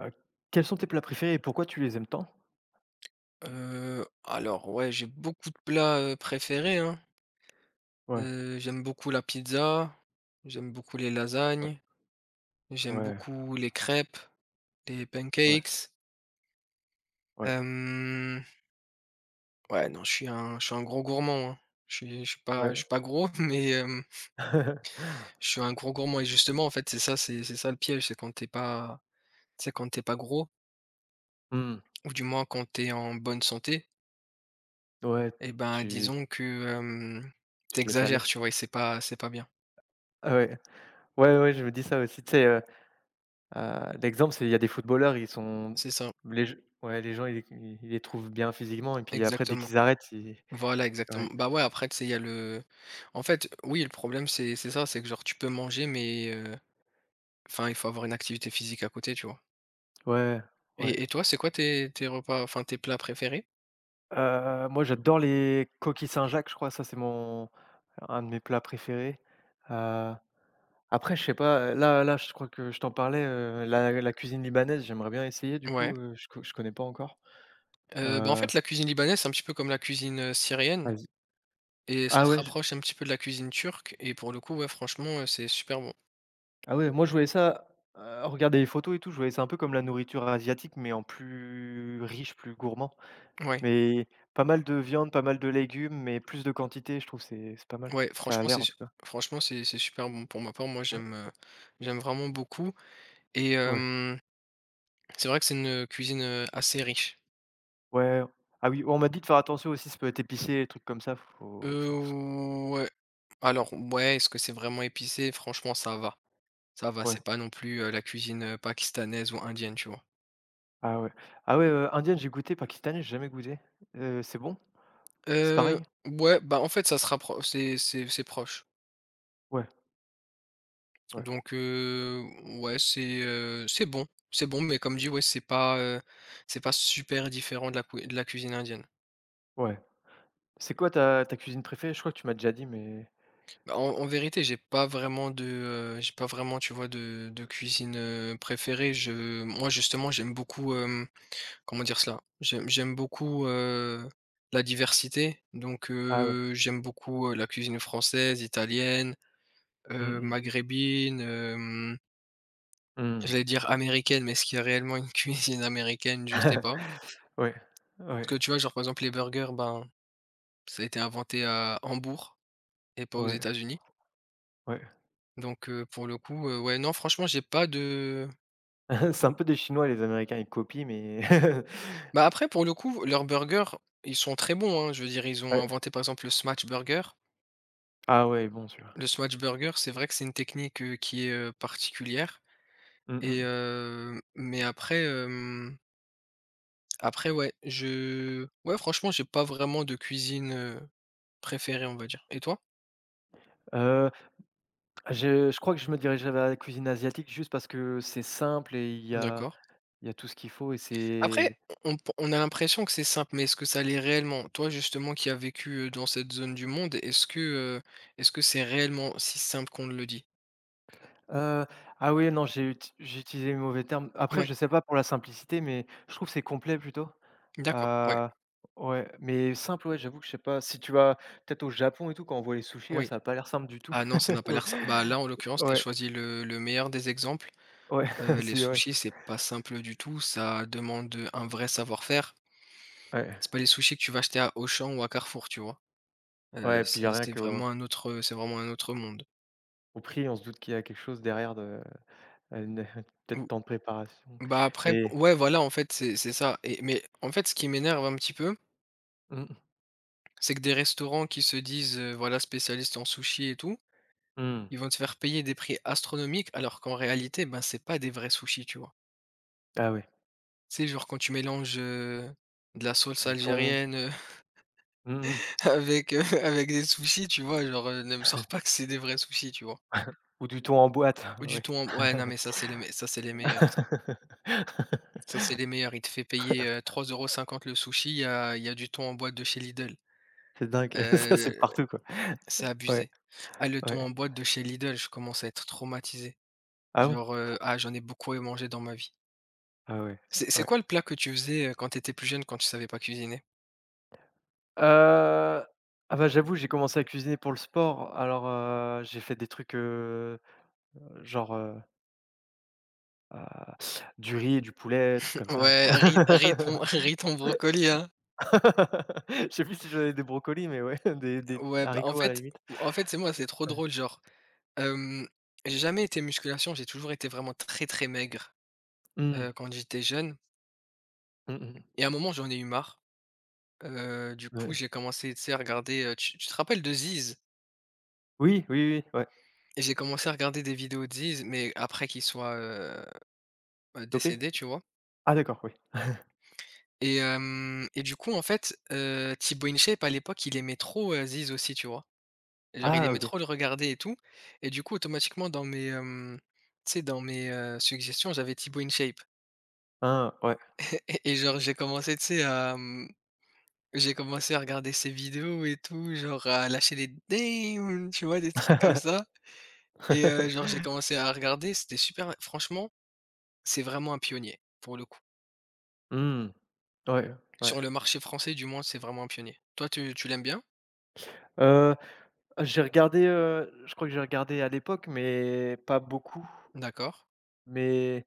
Heu, Quels sont tes plats préférés et pourquoi tu les aimes tant? Alors ouais, j'ai beaucoup de plats, préférés, hein. Ouais, J'aime beaucoup la pizza, j'aime beaucoup les ouais, lasagnes, j'aime ouais, beaucoup les crêpes, les ouais, pancakes. ouais, Hem, ouais, non, je suis un gros gourmand, hein. Ouais. Je suis pas gros, mais, je suis un gros gourmand et justement, en fait, c'est ça le piège, c'est quand t'es pas gros Mmh, ou du moins quand t'es en bonne santé ouais, et ben, tu disons que, tu tu te laisses aller. tu vois? Et c'est pas bien. Ah ouais, ouais, ouais, je me dis ça aussi, tu sais, l'exemple, c'est il y a des footballeurs, ils sont C'est ça, les g ouais, les gens, ils les trouvent bien physiquement et puis après, dès exactement. qu'ils arrêtent, ils. Voilà, Ouais, exactement. Bah ouais, après, tu sais, il y a le. En fait, oui, le problème, c'est ça, c'est que genre, tu peux manger, mais enfin, il faut avoir une activité physique à côté, tu vois. ouais, ouais. Et toi, c'est quoi tes repas, enfin, tes plats préférés? Moi, j'adore les coquilles Saint-Jacques, je crois, ça, c'est mon un de mes plats préférés, heu Après, je sais pas, là, je crois que je t'en parlais, la cuisine libanaise, j'aimerais bien essayer du Ouais. coup, je connais pas encore. Bah en Heu, fait, la cuisine libanaise, c'est un petit peu comme la cuisine syrienne, Vas-y. et ça Ah se ouais, j rapproche un petit peu de la cuisine turque, et pour le coup, ouais, franchement, c'est super bon. ah ouais, moi je voyais ça, regarder les photos et tout, je voyais ça un peu comme la nourriture asiatique, mais en plus riche, plus gourmand. Ouais, Mais pas mal de viande, pas mal de légumes, mais plus de quantité, je trouve c'est pas mal. ouais, Ça a franchement, l'air en tout cas. franchement, c'est super bon. Pour ma part, moi, Ouais, j'aime vraiment beaucoup, et ouais, c'est vrai que c'est une cuisine assez riche. ouais. Ah oui, on m'a dit de faire attention aussi, ça peut être épicé, les trucs comme ça, faut faire. Heu, ouais. Alors, ouais, est-ce que c'est vraiment épicé? Franchement, ça va. Ça va, Ouais. c'est pas non plus, la cuisine, pakistanaise ou indienne, tu vois? Ah ouais. Ah ouais, indienne, j'ai goûté, Pakistanais, j'ai jamais goûté. C'est bon? C'est Heu, pareil? ouais, bah, en fait, ça se rappro c'est proche. Ouais, ouais, Donc, ouais, c'est bon. C'est bon, mais comme dit, ouais, c'est pas super différent de la cui de la cuisine indienne. ouais. C'est quoi ta cuisine préférée? Je crois que tu m'as déjà dit, mais Bah, en vérité, j'ai pas vraiment, tu vois, de cuisine, préférée. Je Moi, justement, j'aime beaucoup. Comment dire cela? J'aime beaucoup, la diversité, donc ah ouais. J'aime beaucoup, la cuisine française, italienne, Mmh mh. maghrébine, Mmh. j'allais dire américaine, mais est-ce qu'il y a réellement une cuisine américaine? Je sais pas. Ouais, ouais, Parce que tu vois, genre, par exemple, les burgers, ben, ça a été inventé à Hambourg et pas aux ouais, États-Unis, ouais. donc pour le coup, ouais, non, franchement, j'ai pas de C'est un peu des Chinois, les Américains, ils copient, mais bah, après, pour le coup, leurs burgers, ils sont très bons, hein. Je veux dire, ils ont ouais. inventé, par exemple, le smash burger. Ah ouais, bon sûr. Là, Le swatch burger, c'est vrai que c'est une technique, qui est, particulière et mais après, après ouais, je ouais franchement j'ai pas vraiment de cuisine, préférée on va dire. Et toi? je crois que je me dirigerais vers la cuisine asiatique juste parce que c'est simple et il y a D'accord. il y a tout ce qu'il faut et c'est. Après on a l'impression que c'est simple, mais est-ce que ça l'est réellement? Toi justement qui as vécu, dans cette zone du monde, est-ce que c'est réellement si simple qu'on le dit? Heu, ah oui, non, j'ai utilisé le mauvais terme. Après, Ouais, je sais pas pour la simplicité, mais je trouve c'est complet plutôt. d'accord, ouais, Heu, ouais, mais simple, ouais, j'avoue que je sais pas. Si tu vas peut-être au Japon et tout, quand on voit les sushis là, oui. ça a pas l'air simple du tout. Ah non, ça n'a pas Donc l'air simple. Bah là, en l'occurrence, tu as ouais, choisi le meilleur des exemples. ouais, Les si, ouais, sushis, si. c'est pas simple du tout, ça demande, un vrai savoir-faire. Ouais, C'est pas les sushis que tu vas acheter à Auchan ou à Carrefour, tu vois? Ouais, puis il y a rien qu'au C'est vraiment un autre monde. au prix, on se doute qu'il y a quelque chose derrière de à une peut-être temps de préparation, Ou Bah, après p mais ouais, voilà, en fait, c'est ça et mais en fait, ce qui m'énerve un petit peu, mmh c'est que des restaurants qui se disent, voilà, spécialistes en sushis et tout, mh, mmh. ils vont te faire payer des prix astronomiques alors qu'en réalité, ben, c'est pas des vrais sushis, tu vois? Ah ouais, C'est genre, quand tu mélanges, de la sauce du thon, algérienne, mmh mh, avec des sushis, tu vois? Genre, ne me sors pas que c'est des vrais sushis, tu vois? ou du thon en boîte, Ou du thon en- Ouais, non, mais ça, c'est les me ça, c'est les meilleurs, ça. oui. Ça, c'est les meilleurs. Il te fait payer, 3,50 € le sushi, il y a du thon en boîte de chez Lidl. C'est dingue, ça c'est Heu, partout quoi. c'est Ouais, abusé. Ah, le thon ouais. en boîte de chez Lidl, je commence à être traumatisé. Ah bon? Genre, Pou ah, j'en ai beaucoup mangé dans ma vie. ah ouais, C'est ouais. quoi le plat que tu faisais, quand t'étais plus jeune, quand tu savais pas cuisiner? Heu, ah bah, j'avoue, j'ai commencé à cuisiner pour le sport, alors, j'ai fait des trucs, genre, ah, du riz et du poulet, trucs comme ça. Ouais, riz riz, thon, brocoli, hein? Je sais plus si j'en avais des brocolis, mais ouais, des Ouais, bah, en haricots à la fait limite. en fait, c'est moi, c'est trop Ouais. drôle, genre. Hem, j'ai jamais été musculation, j'ai toujours été vraiment très, très maigre, Mmh. Quand j'étais jeune Mmh mh. et à un moment, j'en ai eu marre. Du coup, Ouais. j'ai commencé, tu sais, à regarder, tu te rappelles de Ziz? Oui, oui, oui, ouais. Et j'ai commencé à regarder des vidéos de Ziz, mais après qu'il soit, Lopé? décédé, tu vois? Ah d'accord, oui. Et du coup, en fait, Thibaut InShape, à l'époque, il aimait trop, Ziz aussi, tu vois? Genre, il Ah aimait OK. trop le regarder et tout et du coup, automatiquement, tu sais, dans mes, suggestions, j'avais Thibaut InShape. Ah ouais. Et genre, j'ai commencé, tu sais, à, mmh j'ai commencé à regarder ses vidéos et tout, genre à lâcher des «damn», tu vois? Des trucs comme ça et genre j'ai commencé à regarder, c'était super franchement, c'est vraiment un pionnier, pour le coup. Mmh. Ouais, ouais. Sur le marché français du moins, c'est vraiment un pionnier. Toi, tu l'aimes bien? Heu Ah, j'ai regardé, je crois que j'ai regardé à l'époque, mais pas beaucoup. D'accord, Mais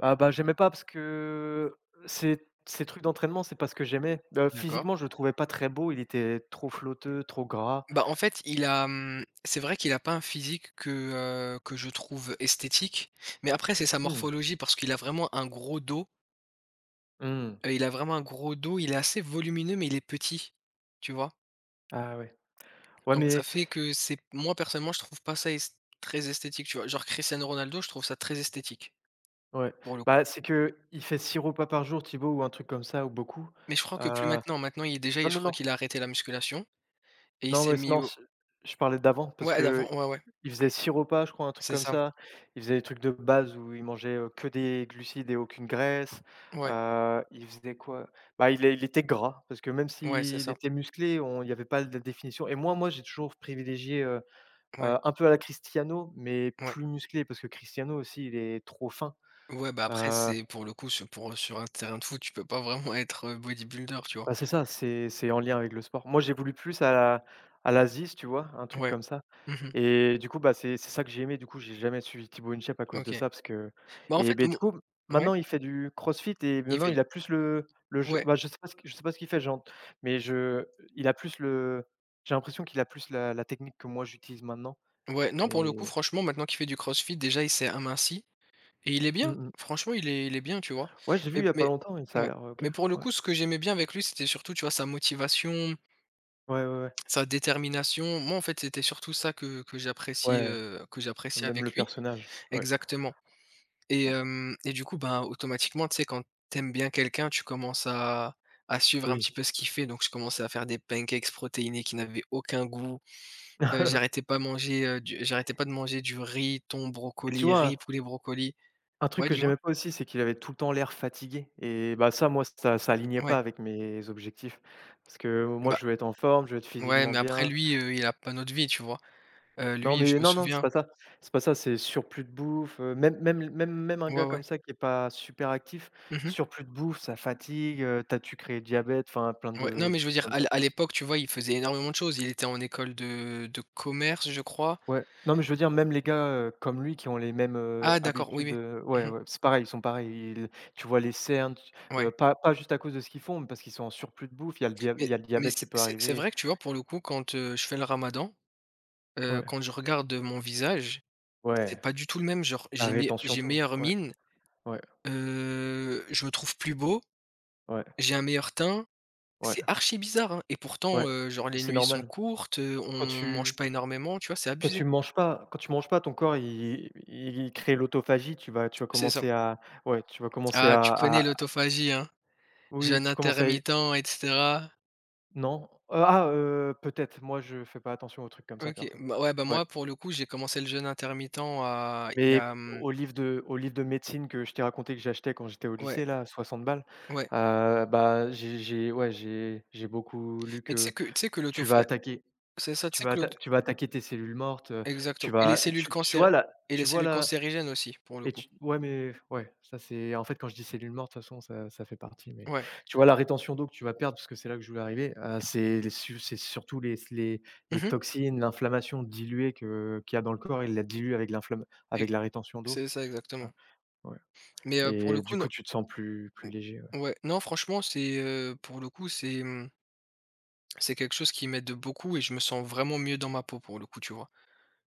ah, bah, j'aimais pas parce que ces ces trucs d'entraînement, c'est pas ce que j'aimais. D'accord. Physiquement, je le trouvais pas très beau, il était trop flotteux, trop gras. Bah, en fait, c'est vrai qu'il a pas un physique que je trouve esthétique, mais après c'est sa Mmh. morphologie parce qu'il a vraiment un gros dos, Mmh. Il est assez volumineux mais il est petit, tu vois? Ah ouais. Ouais, Donc ça mais fait que c'est moi personnellement, je trouve pas ça est très esthétique, tu vois? Genre Cristiano Ronaldo, je trouve ça très esthétique, ouais. pour le coup. Bah, c'est que il fait 6 repas par jour Thibaut ou un truc comme ça ou beaucoup. Mais je crois Heu, que plus maintenant, maintenant il est déjà non, je non, crois non. qu'il a arrêté la musculation et il Non, s'est ouais, mis non, au je parlais d'avant parce ouais d'avant, que. ouais, ouais, Ils faisaient 6 repas, je crois, un truc c'est comme ça. ça. Ils faisaient des trucs de base où ils mangeaient, que des glucides et aucune graisse. Ouais, Il faisait quoi? Bah, il était gras parce que même ouais, c'est s'il ça. était musclé, on il y avait pas de définition et moi, j'ai toujours privilégié, Ouais, un peu à la Cristiano, mais ouais. plus musclé parce que Cristiano aussi, il est trop fin. Ouais, bah, après Heu c'est pour le coup sur un terrain de foot, tu peux pas vraiment être, bodybuilder, tu vois? Bah, c'est ça, c'est en lien avec le sport. Moi, j'ai voulu plus à la Ziz, tu vois? Un truc Ouais. comme ça Mmh. et du coup, bah, c'est ça que j'ai aimé. Du coup, j'ai jamais suivi Thibaut InShape à cause de OK. ça parce que Bah, en et fait ben du mon coup, ouais, maintenant, il fait du CrossFit et il maintenant, fait du il a plus le je ouais, bah, je sais pas ce que- je sais pas ce qu'il fait, genre mais je il a plus le j'ai l'impression qu'il a plus la technique que moi, j'utilise maintenant ouais, non pour le coup et franchement maintenant qu'il fait du crossfit déjà il s'est aminci. Et il est mmh bien, mh. franchement, il est bien, tu vois? Ouais, j'ai vu Mais il y a pas mais longtemps et ça a ouais, l'air OK. mais pour le Ouais. coup, ce que j'aimais bien avec lui, c'était surtout, tu vois, sa motivation, Ouais, ouais, ouais. sa détermination. Moi, en fait, c'était surtout ça que Ouais, que on j'appréciais aime le avec lui. personnage. Ouais, Exactement. et ouais. hem et du coup, ben, automatiquement, tu sais, quand t'aimes bien quelqu'un, tu commences à suivre un Oui. petit peu ce qu'il fait. Donc je commençais à faire des pancakes protéinés qui n'avaient aucun goût. J'arrêtais pas de manger du riz, thon, Et tu brocoli, riz, vois? poulet, brocoli. Un truc Ouais, que dis-moi? j'aimais pas aussi, c'est qu'il avait tout le temps l'air fatigué et bah, ça, moi, ça alignait Ouais. pas avec mes objectifs. Parce que moi, Bah. je veux être en forme, je veux être Ouais, physiquement mais après bien. lui, il a pas notre vie, tu vois? Non, Lui, je mais me non, non, c'est souviens pas ça. C'est pas ça, c'est surplus de bouffe, même même un ouais, gars ouais. comme ça qui est pas super actif, Mmh mh. surplus de bouffe, ça fatigue, tu as tu crées diabète, enfin plein Ouais, non, mais de je veux trucs dire comme ça. à l'époque, tu vois, il faisait énormément de choses. Il était en école de commerce, je crois. Ouais. Non, mais je veux dire même les gars, comme lui qui ont les mêmes, Ah d'accord, oui, habitudes, oui. Ouais, Mmh mh. ouais, c'est pareil, ils sont pareils. Ils tu vois les cernes, tu Ouais. Pas juste à cause de ce qu'ils font, mais parce qu'ils sont en surplus de bouffe. Il y a le dia il Mais y a le mais diabète qui c'est peut c'est c'est arriver. vrai que, tu vois, pour le coup, quand, je fais le ramadan, Ouais, quand je regarde, mon visage, c'est ouais, pas du tout le même. Genre, la rétention j'ai d'eau. meilleure Ouais, mine, ouais, je me trouve plus beau, ouais, j'ai un meilleur teint. ouais, C'est archi bizarre, hein et pourtant, ouais. Genre Et les c'est nuits sont normal. courtes, on Quand mange tu pas énormément, tu vois? C'est quand abusé. tu manges pas, ton corps il crée l'autophagie. Tu vas C'est ça. commencer à ouais, tu vas commencer Ah, tu à connais l'autophagie, hein? oui, Jeûne tu commences à. intermittent et cetera. Non, ah, peut-être. Moi, je fais pas attention aux trucs comme ça OK. perso. Bah, ouais, bah, Ouais, moi, pour le coup, j'ai commencé le jeûne intermittent à il y mais a, mmh aux livres de médecine que je t'ai raconté que j'achetais quand j'étais au ouais, lycée là, 60 balles, ouais. Bah, j'ai ouais, j'ai beaucoup lu Mais tu sais que que tu sais que tu vas l'autophagie attaquer c'est ça, tu tu sais vas que atta l'auto tu vas attaquer tes cellules mortes, tu exactement et vas tu tu vois la les cellules cancérigènes aussi, pour le Et coup. tu ouais, mais ouais, ça c'est en fait, quand je dis cellules mortes, de toute façon, ça ça fait partie, mais Ouais. tu vois la rétention d'eau que tu vas perdre, parce que c'est là que je voulais arriver, c'est surtout les les Mmh. toxines, l'inflammation diluée que qu'il y a dans le corps, il la dilue avec l'inflam Et avec la rétention d'eau, c'est ça, tu exactement. vois? Ouais Mais, pour le et coup, du non coup, tu te sens plus léger, ouais. mmh, ouais, non, franchement, pour le coup, c'est quelque chose qui m'aide beaucoup et je me sens vraiment mieux dans ma peau, pour le coup, tu vois?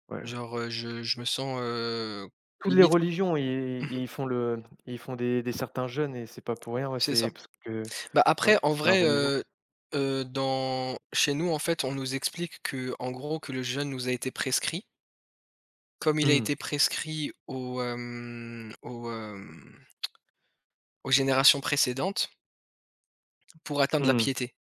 Voilà. Genre, je me sens, Toutes les limite. religions, ils Mmh. ils font le ils font des certains jeûnes et c'est pas pour rien, ouais, C'est ça. c'est parce que Bah, ouais, après en c'est un vrai, renouveau, quoi. Dans chez nous, en fait, on nous explique que en gros, que le jeûne nous a été prescrit. Comme il a Mmh, été prescrit aux générations précédentes pour atteindre la mmh. piété.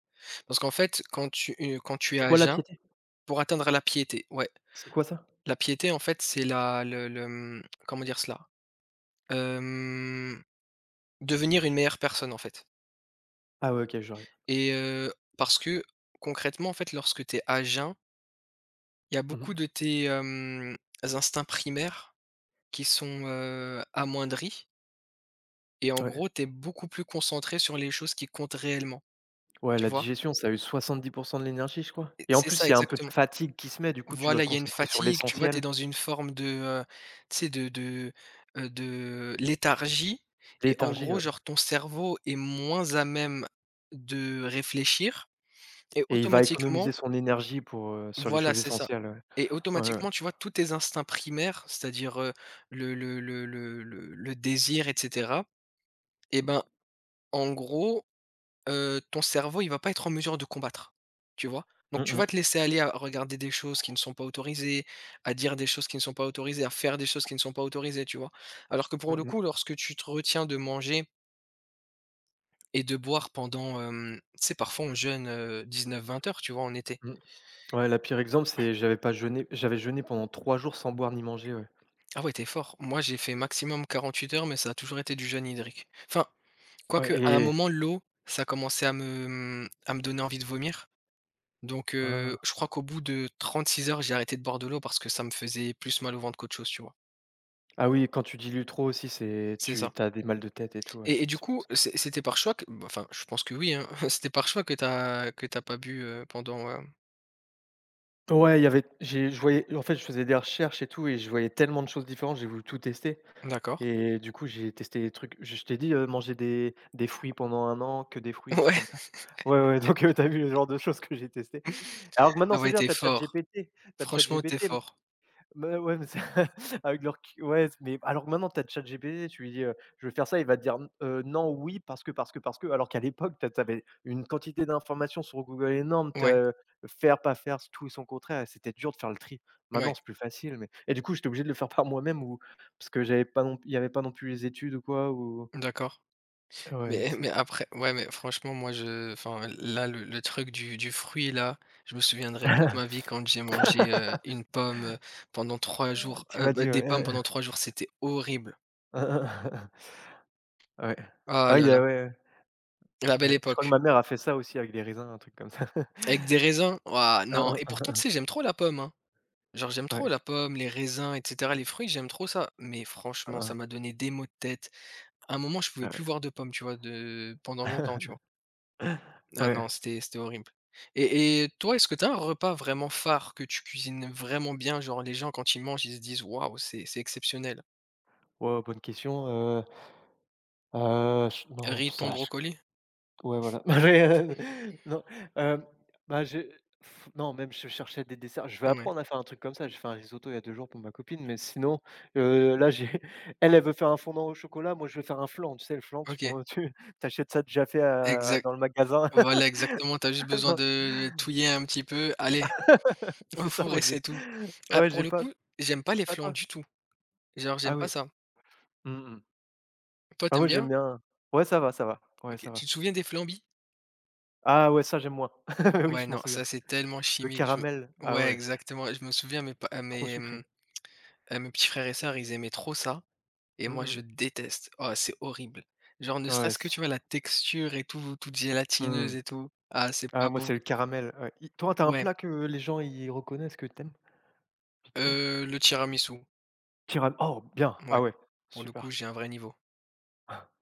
Parce qu'en fait, quand tu es C'est à quoi la jeun piété? pour atteindre la piété, ouais. C'est quoi ça? La piété, en fait, c'est la le, mmh, comment dire cela? Hem, Devenir une meilleure personne, en fait, Ah ouais, OK, j'aurais. et parce que concrètement, en fait, lorsque tu es à jeun, il y a beaucoup Mmh. de tes, instincts primaires qui sont, amoindris, et en Ouais. gros, tu es beaucoup plus concentré sur les choses qui comptent réellement, Ouais, tu la vois? digestion, ça a eu 70 de l'énergie, je crois Et et en c'est ça plus, il y a un peu exactement. de fatigue qui se met, du coup, tu dois Voilà, te il y a une concentrer sur fatigue, tu vois? l'essentiel. Tu es dans une forme de, tu sais de léthargie, et en Léthargie, gros, ouais, genre ton cerveau est moins à même de réfléchir et et il va automatiquement. économiser son énergie pour, sur les Voilà, choses c'est ça, essentielles, ouais. et Ouais, ouais. automatiquement, tu vois, tous tes instincts primaires, c'est-à-dire, le désir et cetera, et ben, en gros, ton cerveau, il va pas être en mesure de combattre, tu vois? Donc Mmh tu vas mh. te laisser aller à regarder des choses qui ne sont pas autorisées, à dire des choses qui ne sont pas autorisées, à faire des choses qui ne sont pas autorisées, tu vois? Alors que pour Mmh le mh. coup, lorsque tu te retiens de manger et de boire pendant, tu sais, parfois on jeûne, 19-20 heures, tu vois, en été. Mmh. Ouais, la pire exemple, c'est j'avais pas jeûné j'avais jeûné pendant 3 jours sans boire ni manger, ouais. Ah ouais, tu fort. Moi, j'ai fait maximum 48 heures, mais ça a toujours été du jeûne hydrique. Enfin, Ouais quoique, à un et moment, l'eau, ça commençait à me donner envie de vomir. Donc, je ah. crois qu'au bout de 36 heures, j'ai arrêté de boire de l'eau parce que ça me faisait plus mal au ventre qu'autre chose, tu vois? Ah oui, quand tu dilues trop aussi, c'est C'est tu ça. tu as des mal de tête et tout, ouais. Et du C'est pour coup, ça. C'était par choix que bah, enfin, je pense que oui, hein, c'était par choix que t'as pas bu, pendant, heu, Ouais, il y avait j'ai je voyais en fait, je faisais des recherches et tout et je voyais tellement de choses différentes, j'ai voulu tout tester. d'accord. Et du coup, j'ai testé des trucs je t'ai dit, manger des fruits pendant un an, que des fruits, des trucs comme ça. Ouais, ouais, donc tu vu le genre de choses que j'ai testé. Ouais. Alors que maintenant, Ah c'est ouais, bien, tu fort. T'as Franchement, tu ChatGPT fort. mais ouais, mais c'est avec le ouais, mais alors que maintenant tu as ChatGPT, tu lui dis, «Je veux faire ça», il va te dire: Non, oui, parce que, parce que, parce que». Alors qu'à l'époque, tu a avais une quantité d'informations sur Google énorme, tu Ouais, faire, pas faire, tout et son contraire et c'était dur de faire le tri. Maintenant, ouais, c'est plus facile, mais et du coup, j'étais obligé de le faire par moi-même ou parce que j'avais pas non il y avait pas non plus les études ou quoi ou d'accord. ouais, Mais c'est mais après ouais, mais franchement, moi, je enfin, là, le truc du fruit, là, je me souviendrai toute ma vie quand j'ai mangé, une pomme, pendant 3 jours, tu m'as bah, dit, des pommes ouais. pendant 3 jours, c'était horrible. Ouais. Ah Ouais, il là y là, a ouais, ouais, la belle ouais. Je crois que époque. ma mère a fait ça aussi avec les raisins, un truc comme ça. Avec des raisins, waouh, non, et pourtant, tu sais, j'aime trop la pomme, hein. Genre, j'aime trop Ouais. la pomme, les raisins et cetera, les fruits, j'aime trop ça. Mais Hein, franchement, ça hein. m'a donné des maux de tête. À un moment, je pouvais Ah plus ouais. voir de pommes, tu vois? De pendant longtemps, tu vois? Ah Ouais, non, c'était horrible. Et toi, est-ce que tu as un repas vraiment phare que tu cuisines vraiment bien? Genre les gens quand ils mangent, ils se disent: «Waouh, c'est exceptionnel». waouh, bonne question, ch non, Riz, thon, ça ch brocoli? ouais, voilà. Mais, non, hem, bah, je pff, non, même je cherchais des desserts. Je vais Ouais, apprendre à faire un truc comme ça. J'ai fait un risotto il y a 2 jours pour ma copine, mais sinon, là, j'ai elle, elle veut faire un fondant au chocolat. Moi, je vais faire un flan. Tu sais, le flan, tu OK. prends tu achètes ça déjà fait à Exact. dans le magasin. Voilà, exactement, t'as juste besoin Non, de touiller un petit peu. Allez, au c'est ça, four moi, et j'ai c'est tout. Ah, ouais, pour j'ai le pas coup, j'aime pas les ah flans toi? du tout. Genre, Ah j'aime pas oui. ça. Mmh mh. Toi, Ah, t'aimes moi, j'aime bien? bien ouais, ça va, ça va. Ouais, ça OK. Tu va. te souviens des flambis? Ah ouais, ça j'aime moins. Oui, je Ouais, m'en non, souviens. ça c'est tellement Le chimique, je caramel, ah ouais, ouais, exactement. Je me souviens mes pa trop sucré. À mes petits frères et sœurs, ils aimaient trop ça. Et Mmh moi, je mh. déteste. Oh, c'est horrible. Genre, ne Ouais, serait-ce que, c tu vois, la texture et tout, toute mmh. gélatineuse et tout. Ah, c'est Ah pas moi, c'est beau. le caramel, ouais. I toi, t'as un Ouais, plat que les gens, ils reconnaissent, que t'aimes vite fait? Le tiramisu. Tiram Oh bien! Ouais, Ah ouais, pour le coup, super. j'ai un vrai niveau.